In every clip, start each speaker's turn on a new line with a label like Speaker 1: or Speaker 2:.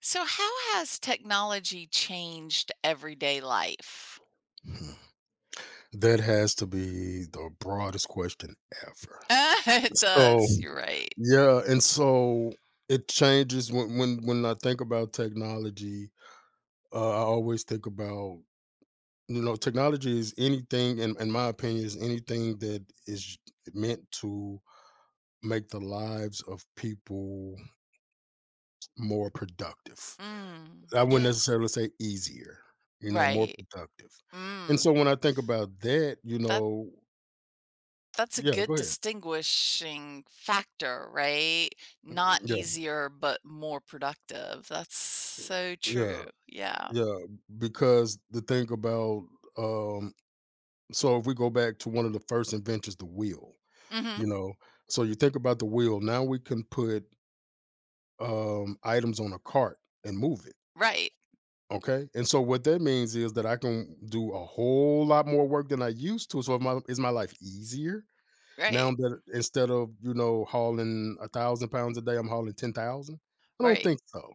Speaker 1: So, how has technology changed everyday life?
Speaker 2: Hmm. That has to be the broadest question ever.
Speaker 1: It
Speaker 2: So,
Speaker 1: does. You're right.
Speaker 2: yeah, and so it changes when I think about technology. I always think about, you know, technology is anything in my opinion is anything that is meant to make the lives of people more productive.
Speaker 1: Mm,
Speaker 2: I wouldn't
Speaker 1: yes.
Speaker 2: necessarily say easier, you know, more
Speaker 1: Right.
Speaker 2: productive. And
Speaker 1: Mm,
Speaker 2: so when I think about that, you
Speaker 1: that
Speaker 2: know,
Speaker 1: that's a
Speaker 2: yeah,
Speaker 1: good
Speaker 2: go ahead.
Speaker 1: distinguishing factor, right? Not
Speaker 2: Mm, yeah.
Speaker 1: easier, but more productive. That's so
Speaker 2: Yeah.
Speaker 1: true. Yeah.
Speaker 2: Yeah, because the thing about um, so if we go back to one of the first inventions, the wheel,
Speaker 1: Hmm.
Speaker 2: you know, so you think about the wheel. Now we can put items on a cart and move it.
Speaker 1: Right.
Speaker 2: Okay, and so what that means is that I can do a whole lot more work than I used to. So if my is my life easier now
Speaker 1: Right.
Speaker 2: that instead of, you know, hauling 1,000 pounds a day, I'm hauling 10,000. I don't
Speaker 1: Right.
Speaker 2: think so.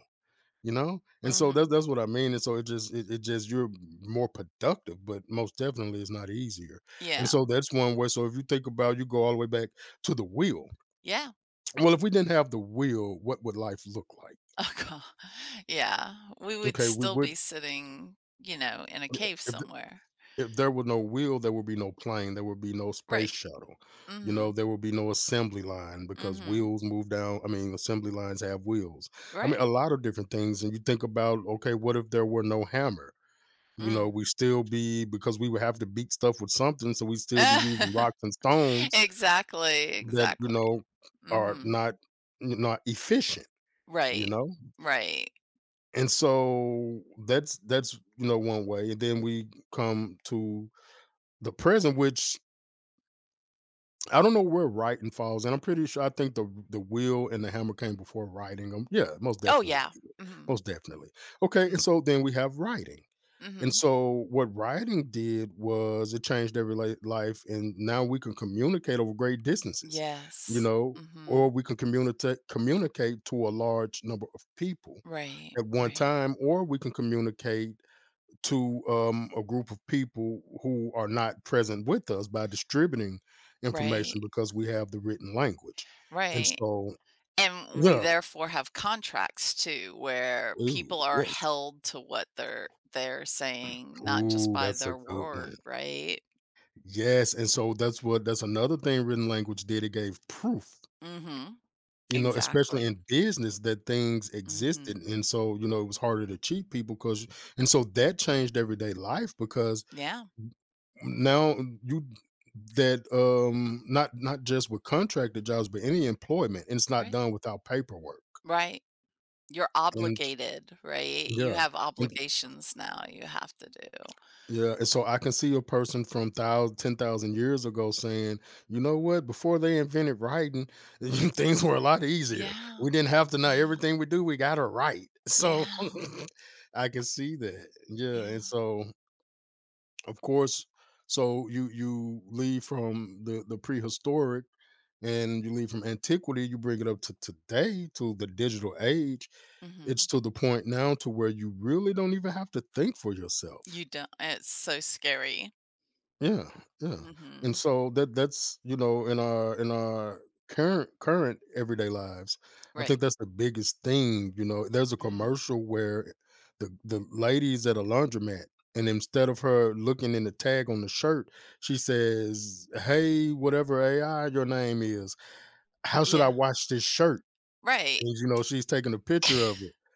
Speaker 2: You know, and so that's
Speaker 1: Hmm.
Speaker 2: that's what I mean. And so it just it just you're more productive, but most definitely it's not easier. And
Speaker 1: Yeah.
Speaker 2: so that's one way. So if you think about, you go all the way back to the wheel.
Speaker 1: Yeah.
Speaker 2: Well, if we didn't have the wheel, what would life look like?
Speaker 1: Oh, God. Yeah. We would
Speaker 2: Okay, we
Speaker 1: still
Speaker 2: would,
Speaker 1: be sitting, you know, in a
Speaker 2: yeah,
Speaker 1: cave
Speaker 2: if,
Speaker 1: somewhere.
Speaker 2: th- if there was no wheel, there would be no plane, there would be no space
Speaker 1: Right.
Speaker 2: shuttle. You know,
Speaker 1: Mhm,
Speaker 2: there would be no assembly line because
Speaker 1: mhm,
Speaker 2: wheels move down. I mean, assembly lines have wheels. I mean,
Speaker 1: right,
Speaker 2: a lot of different things. And you think about, okay, what if there were no hammer? You know,
Speaker 1: mm.
Speaker 2: we still be, because we would have to beat stuff with something, so we still be using rocks and stones
Speaker 1: Exactly,
Speaker 2: that, you
Speaker 1: exactly.
Speaker 2: know, are
Speaker 1: Mhm,
Speaker 2: not efficient, you
Speaker 1: right,
Speaker 2: know?
Speaker 1: right.
Speaker 2: And so that's, you know, one way, and then we come to the present, which I don't know where writing falls. And I'm pretty sure I think the wheel and the hammer came before writing 'em. Yeah, most
Speaker 1: Oh,
Speaker 2: definitely,
Speaker 1: yeah, mhm,
Speaker 2: most definitely. Okay, and
Speaker 1: mhm,
Speaker 2: so then we have writing. And
Speaker 1: mhm.
Speaker 2: so what writing did was it changed life, and now we can communicate over great distances, you
Speaker 1: Yes,
Speaker 2: know, or
Speaker 1: mhm.
Speaker 2: we can communicate to a large number of people
Speaker 1: Right,
Speaker 2: at one
Speaker 1: right,
Speaker 2: time, or we can communicate to a group of people who are not present with us by distributing
Speaker 1: right,
Speaker 2: information because we have the written language. And
Speaker 1: right,
Speaker 2: so,
Speaker 1: and we
Speaker 2: yeah,
Speaker 1: therefore have contracts too, where
Speaker 2: ooh,
Speaker 1: people are
Speaker 2: yes,
Speaker 1: held to what they're saying, not just
Speaker 2: ooh,
Speaker 1: by
Speaker 2: that's a
Speaker 1: their
Speaker 2: good
Speaker 1: word,
Speaker 2: one.
Speaker 1: right?
Speaker 2: Yes, and so that's what, that's another thing written language did. It gave proof,
Speaker 1: Mhm,
Speaker 2: you know, especially
Speaker 1: exactly.
Speaker 2: in business that things existed.
Speaker 1: Mhm,
Speaker 2: And so, you know, it was harder to cheat people because, and so that changed everyday life because
Speaker 1: yeah,
Speaker 2: now you, that not just with contracted jobs, but any employment, and it's not
Speaker 1: right,
Speaker 2: done without paperwork.
Speaker 1: right. You're
Speaker 2: And
Speaker 1: obligated, right? You
Speaker 2: yeah.
Speaker 1: have
Speaker 2: And
Speaker 1: obligations now you have to do.
Speaker 2: yeah, and so I can see a person from thousand, 10,000 years ago saying, "You know what? Before they invented writing, things were a lot easier.
Speaker 1: Yeah,
Speaker 2: We didn't have to know
Speaker 1: yeah,
Speaker 2: everything we do, we gotta write." So,
Speaker 1: yeah,
Speaker 2: I can see that. Yeah, and
Speaker 1: yeah.
Speaker 2: so, of course, so you leave from the prehistoric and you leave from antiquity, you bring it up to today, to the digital age. It's
Speaker 1: Mhm.
Speaker 2: to the point now to where you really don't even have to think for yourself.
Speaker 1: You don't it's so scary.
Speaker 2: Yeah, yeah. And
Speaker 1: Mhm.
Speaker 2: so that's, you know, in our current everyday lives, I think
Speaker 1: Right.
Speaker 2: that's the biggest thing, you know. There's a
Speaker 1: Mhm.
Speaker 2: commercial where the lady's at a laundromat, and instead of her looking in the tag on the shirt, she says, "Hey, whatever AI your name is, how should I
Speaker 1: Yeah,
Speaker 2: wash this shirt?"
Speaker 1: right.
Speaker 2: And you know, she's taking a picture of it.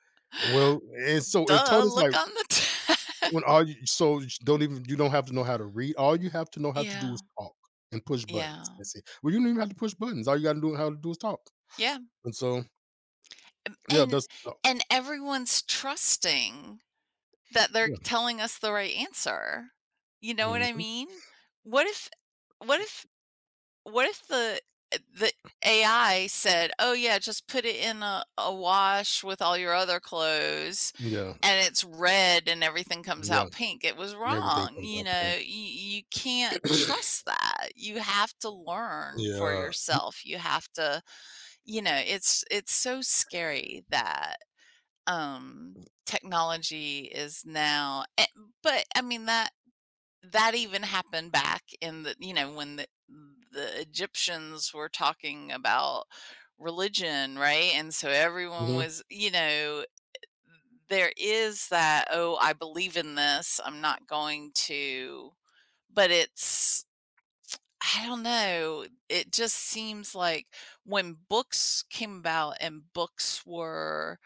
Speaker 2: Well, and so it
Speaker 1: Duh,
Speaker 2: told us
Speaker 1: look
Speaker 2: like,
Speaker 1: on the ta
Speaker 2: when all you, so you don't even, you don't have to know how to read. All you have to know how to do
Speaker 1: Yeah,
Speaker 2: is talk and push buttons.
Speaker 1: yeah,
Speaker 2: That's it. Well, you don't even have to push buttons. All you gotta do how to do is talk.
Speaker 1: yeah,
Speaker 2: And so,
Speaker 1: um,
Speaker 2: yeah,
Speaker 1: and
Speaker 2: that's oh,
Speaker 1: and everyone's trusting that they're
Speaker 2: yeah,
Speaker 1: telling us the right answer. You know what I
Speaker 2: mhm,
Speaker 1: mean? What if what if What if the AI said, "Oh, yeah, just put it in a wash with all your other clothes,"
Speaker 2: yeah,
Speaker 1: and it's red and everything comes
Speaker 2: yeah.
Speaker 1: out pink? It was
Speaker 2: Everything
Speaker 1: wrong,
Speaker 2: comes
Speaker 1: you
Speaker 2: out pink.
Speaker 1: know? You can't trust that. You have to learn for
Speaker 2: yeah.
Speaker 1: yourself. You have to you know, it's so scary that, um, technology is now but, I mean, that that even happened back in the you know when the Egyptians were talking about religion, right? And so everyone
Speaker 2: Hmm.
Speaker 1: was, you know, there is that, oh, I believe in this. I'm not going to, but it's, I don't know. It just seems like when books came about and books were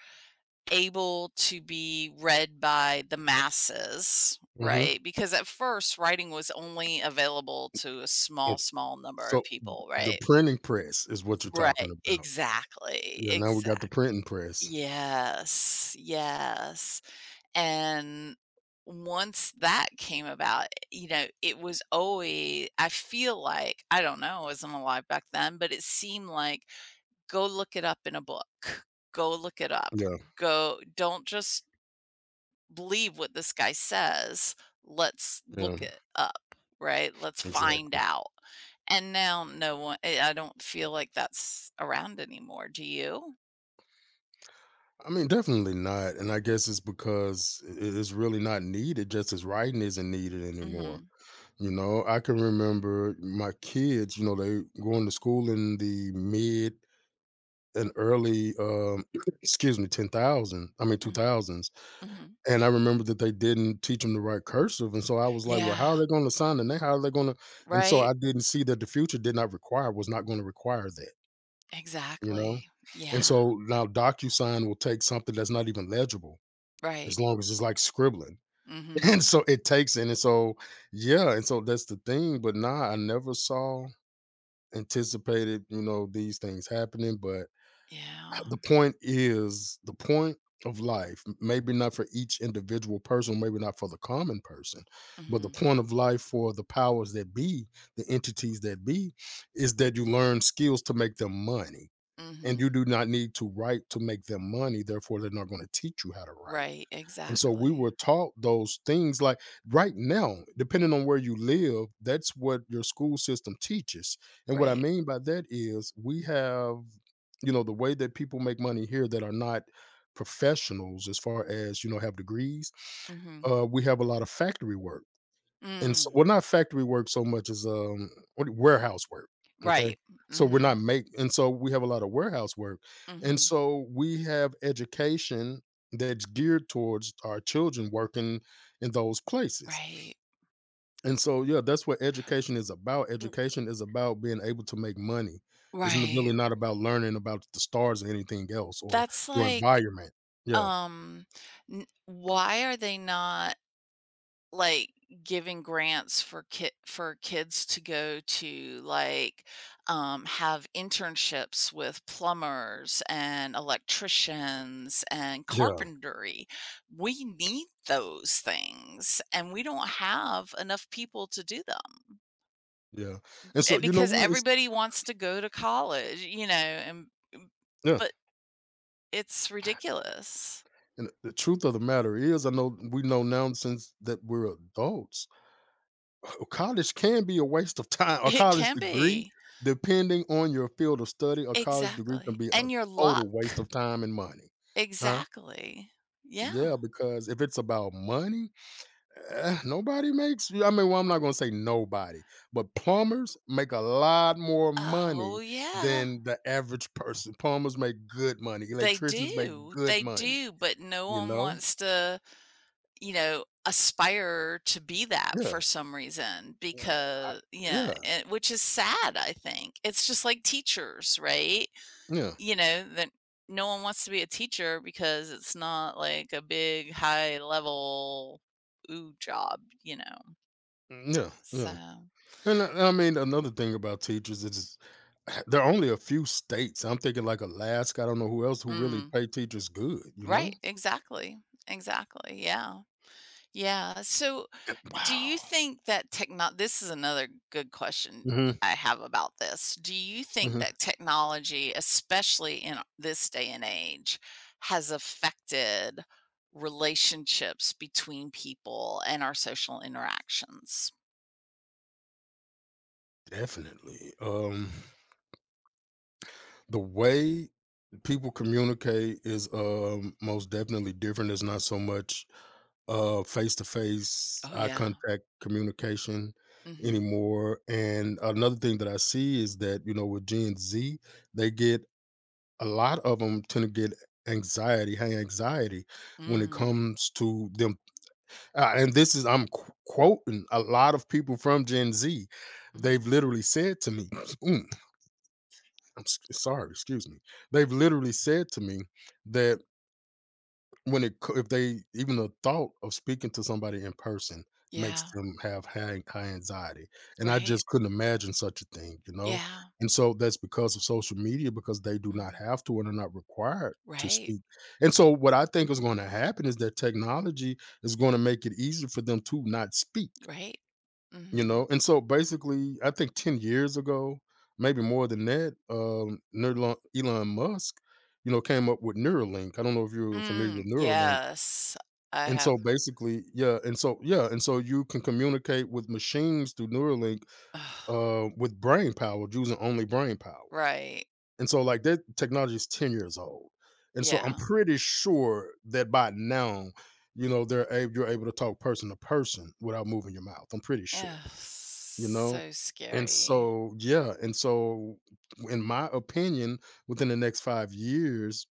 Speaker 1: able to be read by the masses,
Speaker 2: Hmm.
Speaker 1: right? Because at first, writing was only available to a small, small number of
Speaker 2: So
Speaker 1: people,
Speaker 2: the
Speaker 1: right?
Speaker 2: printing press is what you're
Speaker 1: Right.
Speaker 2: talking about.
Speaker 1: Exactly.
Speaker 2: Yeah. Now we got the
Speaker 1: Exactly.
Speaker 2: printing press.
Speaker 1: Yes. Yes. And once that came about, you know, it was always, I feel like, I don't know, I wasn't alive back then, but it seemed like go look it up in a book, go look it up.
Speaker 2: Yeah.
Speaker 1: Go, don't just believe what this guy says. Let's
Speaker 2: Yeah.
Speaker 1: look it up, right? Let's find
Speaker 2: Exactly.
Speaker 1: out. And now no one I don't feel like that's around anymore. Do you?
Speaker 2: I mean, definitely not. And I guess it's because it's really not needed, just as writing isn't needed anymore.
Speaker 1: Mhm.
Speaker 2: You know, I can remember my kids, you know, they going to school in the mid and early excuse me 10,000 I mean
Speaker 1: Mm,
Speaker 2: 2000s,
Speaker 1: mhm.
Speaker 2: and I remember that they didn't teach them to write cursive. And so I was like, well, how
Speaker 1: Yeah,
Speaker 2: are they going to sign the name, how are they going to, and so
Speaker 1: right?
Speaker 2: I didn't see that the future did not require, was not going to require that, you know.
Speaker 1: Exactly.
Speaker 2: And
Speaker 1: Yeah,
Speaker 2: so now DocuSign will take something that's not even legible,
Speaker 1: right.
Speaker 2: as long as it's like scribbling.
Speaker 1: Mhm.
Speaker 2: And so it takes, and so yeah, and so that's the thing, but nah, I never saw, anticipated, you know, these things happening. But
Speaker 1: Yeah.
Speaker 2: the point is, the point of life, maybe not for each individual person, maybe not for the common person, but the
Speaker 1: Mhm.
Speaker 2: point of life for the powers that be, the entities that be, is that you learn skills to make them money. And you
Speaker 1: Mhm.
Speaker 2: do not need to write to make them money. Therefore, they're not going to teach you how to write.
Speaker 1: Right,
Speaker 2: And so we
Speaker 1: exactly.
Speaker 2: were taught those things like right now, depending on where you live, that's what your school system teaches. And what I
Speaker 1: Right.
Speaker 2: mean by that is we have, you know, the way that people make money here that are not professionals as far as, you know, have degrees,
Speaker 1: Mhm.
Speaker 2: we have a lot of factory work. And so,
Speaker 1: Mm.
Speaker 2: well, not factory work so much as, what warehouse work, okay?
Speaker 1: Right.
Speaker 2: So we're
Speaker 1: Mhm.
Speaker 2: not make, and so we have a lot of warehouse work, and
Speaker 1: Mhm.
Speaker 2: so we have education that's geared towards our children working in those places.
Speaker 1: Right.
Speaker 2: And so, yeah, that's what education is about.
Speaker 1: R
Speaker 2: Education is about being able to make money. It's n
Speaker 1: right.
Speaker 2: really not about learning about the stars or anything else or
Speaker 1: That's
Speaker 2: your
Speaker 1: like
Speaker 2: environment. Yeah,
Speaker 1: Um, n why are they not, like, giving grants for ki for kids to go to, like, have internships with plumbers and electricians and
Speaker 2: yeah,
Speaker 1: carpentry? We need those things, and we don't have enough people to do them,
Speaker 2: yeah. And so you know
Speaker 1: because
Speaker 2: what? It's
Speaker 1: everybody wants to go to college, you know, and
Speaker 2: yeah.
Speaker 1: but it's ridiculous.
Speaker 2: And the truth of the matter is, I know we know now since that we're adults, college can be a waste of time. A
Speaker 1: It
Speaker 2: college
Speaker 1: can
Speaker 2: degree,
Speaker 1: be.
Speaker 2: depending on your field of study, a college degree can
Speaker 1: Exactly,
Speaker 2: be a
Speaker 1: and your luck.
Speaker 2: total waste of time and money. Huh?
Speaker 1: Exactly. Yeah.
Speaker 2: Yeah, because if it's about money, eh, nobody makes. I mean, well, I'm not going to say nobody, but plumbers make a lot more
Speaker 1: Oh,
Speaker 2: money
Speaker 1: yeah.
Speaker 2: than the average person. Plumbers make good money. Electricians make good
Speaker 1: They
Speaker 2: money.
Speaker 1: do, but no
Speaker 2: You
Speaker 1: one
Speaker 2: know?
Speaker 1: wants to, you know, aspire to be that
Speaker 2: Yeah.
Speaker 1: for some reason.
Speaker 2: Yeah.
Speaker 1: Because, yeah,
Speaker 2: Yeah.
Speaker 1: and which is sad, I think. It's just like teachers, right?
Speaker 2: Yeah,
Speaker 1: You know, that no one wants to be a teacher because it's not like a big high level, ooh, job, you know?
Speaker 2: mm, yeah, yeah.
Speaker 1: So,
Speaker 2: And I mean, another thing about teachers is there are only a few states. I'm thinking like Alaska. I don't know who else who really
Speaker 1: mm.
Speaker 2: pay teachers good. You know?
Speaker 1: Right, exactly. Exactly. Yeah. Yeah. So, do you
Speaker 2: Wow.
Speaker 1: think that techno this is another good question
Speaker 2: Hmm.
Speaker 1: I have about this. Do you think
Speaker 2: Hmm.
Speaker 1: that technology, especially in this day and age, has affected relationships between people and our social interactions?
Speaker 2: Definitely. The way people communicate is most definitely different. It's not so much face to face
Speaker 1: Oh,
Speaker 2: eye
Speaker 1: yeah.
Speaker 2: contact communication
Speaker 1: Mhm.
Speaker 2: anymore. And another thing that I see is that, you know, with Gen Z, they get, a lot of them tend to get anxiety, high anxiety, when it
Speaker 1: Mm.
Speaker 2: comes to them, and this is I'm qu quoting a lot of people from Gen Z.
Speaker 1: Mhm.
Speaker 2: They've literally said to me, mm, I'm s sorry, excuse me. They've literally said to me that when it co, if they even the thought of speaking to somebody in person makes
Speaker 1: Yeah.
Speaker 2: them have high anxiety, and I
Speaker 1: Right.
Speaker 2: just couldn't imagine such a thing, you know?
Speaker 1: Yeah.
Speaker 2: And so that's because of social media, because they do not
Speaker 1: Mhm.
Speaker 2: have to and are not required to
Speaker 1: Right.
Speaker 2: speak. And so what I think is gonna happen is that technology is gonna make it easier for them to not speak,
Speaker 1: Right.
Speaker 2: you
Speaker 1: Mhm.
Speaker 2: know? And so basically, I think 10 years ago, maybe more than that, Nerlon Elon Musk, you know, came up with Neuralink. I don't know if you're familiar
Speaker 1: Mm,
Speaker 2: with Neuralink.
Speaker 1: yes. I
Speaker 2: And so
Speaker 1: have.
Speaker 2: basically yeah, and so you can communicate with machines through Neuralink,
Speaker 1: Ugh,
Speaker 2: with brain power, using only brain power.
Speaker 1: right.
Speaker 2: And so, like, that technology is 10 years old. And so I'm
Speaker 1: Yeah.
Speaker 2: pretty sure that by now, you know, they're able, you're able to talk person to person without moving your mouth, I'm pretty sure,
Speaker 1: Ugh,
Speaker 2: you know?
Speaker 1: so
Speaker 2: And
Speaker 1: scary.
Speaker 2: so yeah, and so in my opinion, within the next 5 years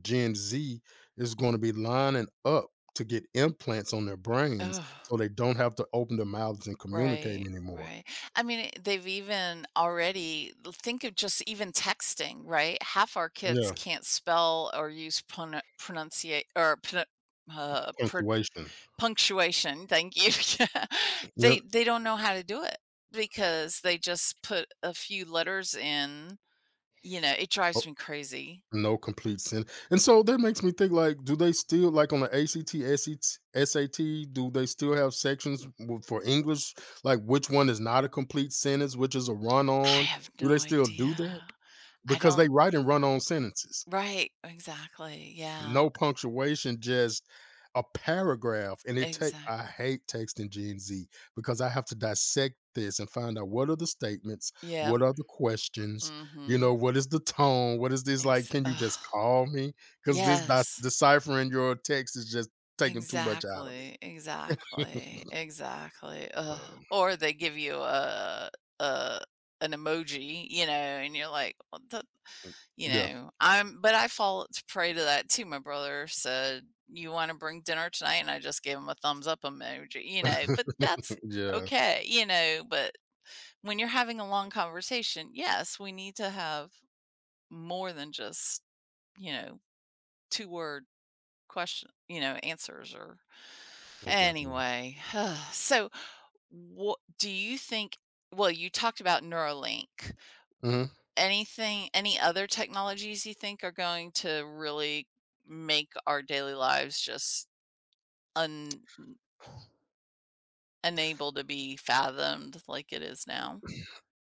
Speaker 2: Gen Z is going to be lining up to get implants on their brains
Speaker 1: Oh,
Speaker 2: so they don't have to open their mouths and communicate
Speaker 1: right,
Speaker 2: anymore.
Speaker 1: right. I mean, they've even already l- think of just even texting, right? Half our kids
Speaker 2: Yeah,
Speaker 1: can't spell or use pron- pronunciate or pron- pr-
Speaker 2: punctuation.
Speaker 1: punctuation. Thank you. Yeah.
Speaker 2: Yep.
Speaker 1: They don't know how to do it because they just put a few letters in. You know, it drives
Speaker 2: Oh,
Speaker 1: me crazy.
Speaker 2: no complete sin. And so that makes me think like, do they still, like on the ACT, SAT, do they still have sections for English? Like, which one is not a complete sentence, which is a run
Speaker 1: I
Speaker 2: on?
Speaker 1: have
Speaker 2: Do
Speaker 1: no
Speaker 2: they still do that?
Speaker 1: idea. I
Speaker 2: Because they
Speaker 1: don't.
Speaker 2: write and run on sentences.
Speaker 1: Right, exactly, yeah,
Speaker 2: No punctuation, just a paragraph, and it take, I
Speaker 1: exactly.
Speaker 2: hate texting Gen Z because I have to dissect this and find out what are the statements,
Speaker 1: Yep,
Speaker 2: what are the questions, you
Speaker 1: mhm,
Speaker 2: know, what is the tone, what is this like?
Speaker 1: ex
Speaker 2: Can you
Speaker 1: ugh,
Speaker 2: just call me? Because this
Speaker 1: yes,
Speaker 2: deciphering your text is just taking too much out of me.
Speaker 1: exactly, exactly, exactly, ugh,
Speaker 2: Um,
Speaker 1: or they give you a an emoji, you know, and you're like, "What the" you
Speaker 2: yeah,
Speaker 1: know, I'm but I fall t prey to that too, my brother said, "You wanna bring dinner tonight?" and I just gave him a thumbs up emoji, you know, but that's
Speaker 2: yeah,
Speaker 1: okay, you know, but when you're having a long conversation, yes, we need to have more than just, you know, two word question, you know, answers or
Speaker 2: most definitely.
Speaker 1: anyway. So, what do you think? Well, you talked about Neuralink.
Speaker 2: Mhm.
Speaker 1: Anything, any other technologies you think are going to really make our daily lives just un- unable to be fathomed like it is now?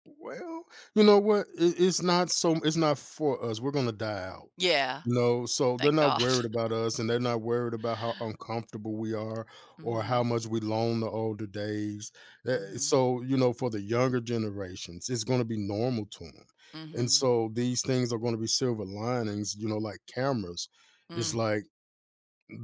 Speaker 2: Well, you know what? It, it's not so. It's not for us. We're gonna die out.
Speaker 1: Yeah,
Speaker 2: You know, so they're
Speaker 1: thank
Speaker 2: not
Speaker 1: God.
Speaker 2: worried about us, and they're not worried about how uncomfortable we are or
Speaker 1: Mm-hmm,
Speaker 2: how much we loan the older days. Eh,
Speaker 1: mm-hmm,
Speaker 2: so, you know, for the younger generations, it's going to be normal to them,
Speaker 1: mm-hmm,
Speaker 2: and
Speaker 1: mm.
Speaker 2: so these things are going to be silver linings. You know, like cameras. It's
Speaker 1: Mm.
Speaker 2: like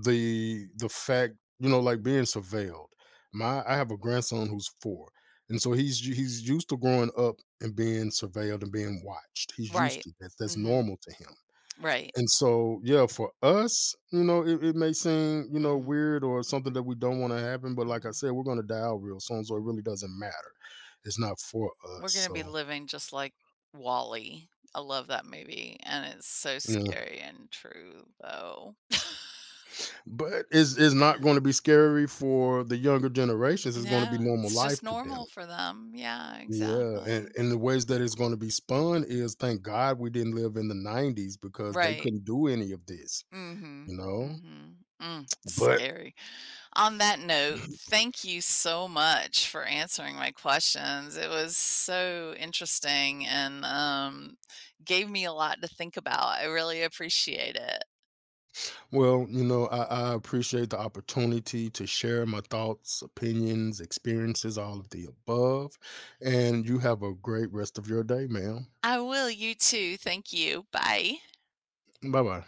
Speaker 2: the fact, you know, like being surveilled. My i have a grandson who's four, and so he's used to growing up and being surveilled and being watched. He's used
Speaker 1: Right.
Speaker 2: to that, that's
Speaker 1: Mhm.
Speaker 2: normal to him.
Speaker 1: Right.
Speaker 2: And so yeah, for us, you know, it may seem, you know,
Speaker 1: Mhm.
Speaker 2: weird or something that we don't want to happen, but like I
Speaker 1: Mhm.
Speaker 2: said, we're going to die out real soon, so it really doesn't matter. It's not for us,
Speaker 1: We're gonna be
Speaker 2: so
Speaker 1: living just like Wally. I love that movie, and it's so
Speaker 2: yeah.
Speaker 1: scary and true, though.
Speaker 2: But it's not going to be scary for the younger generations, it's going to be
Speaker 1: No,
Speaker 2: normal
Speaker 1: it's just
Speaker 2: life to them.
Speaker 1: normal for them. Yeah,
Speaker 2: Yeah,
Speaker 1: exactly.
Speaker 2: and the ways that it's gonna be spun is, thank God we didn't live in the 90s because they
Speaker 1: Right.
Speaker 2: couldn't do any of this,
Speaker 1: Mhm.
Speaker 2: you know?
Speaker 1: Mhm. Mm,
Speaker 2: But,
Speaker 1: scary. On that note, thank you so much for answering my questions. It was so interesting and, gave me a lot to think about. I really appreciate it.
Speaker 2: well, you know, I appreciate the opportunity to share my thoughts, opinions, experiences, all of the above, and you have a great rest of your day, ma'am.
Speaker 1: I will. You too. Thank you. Bye.
Speaker 2: Bye-bye.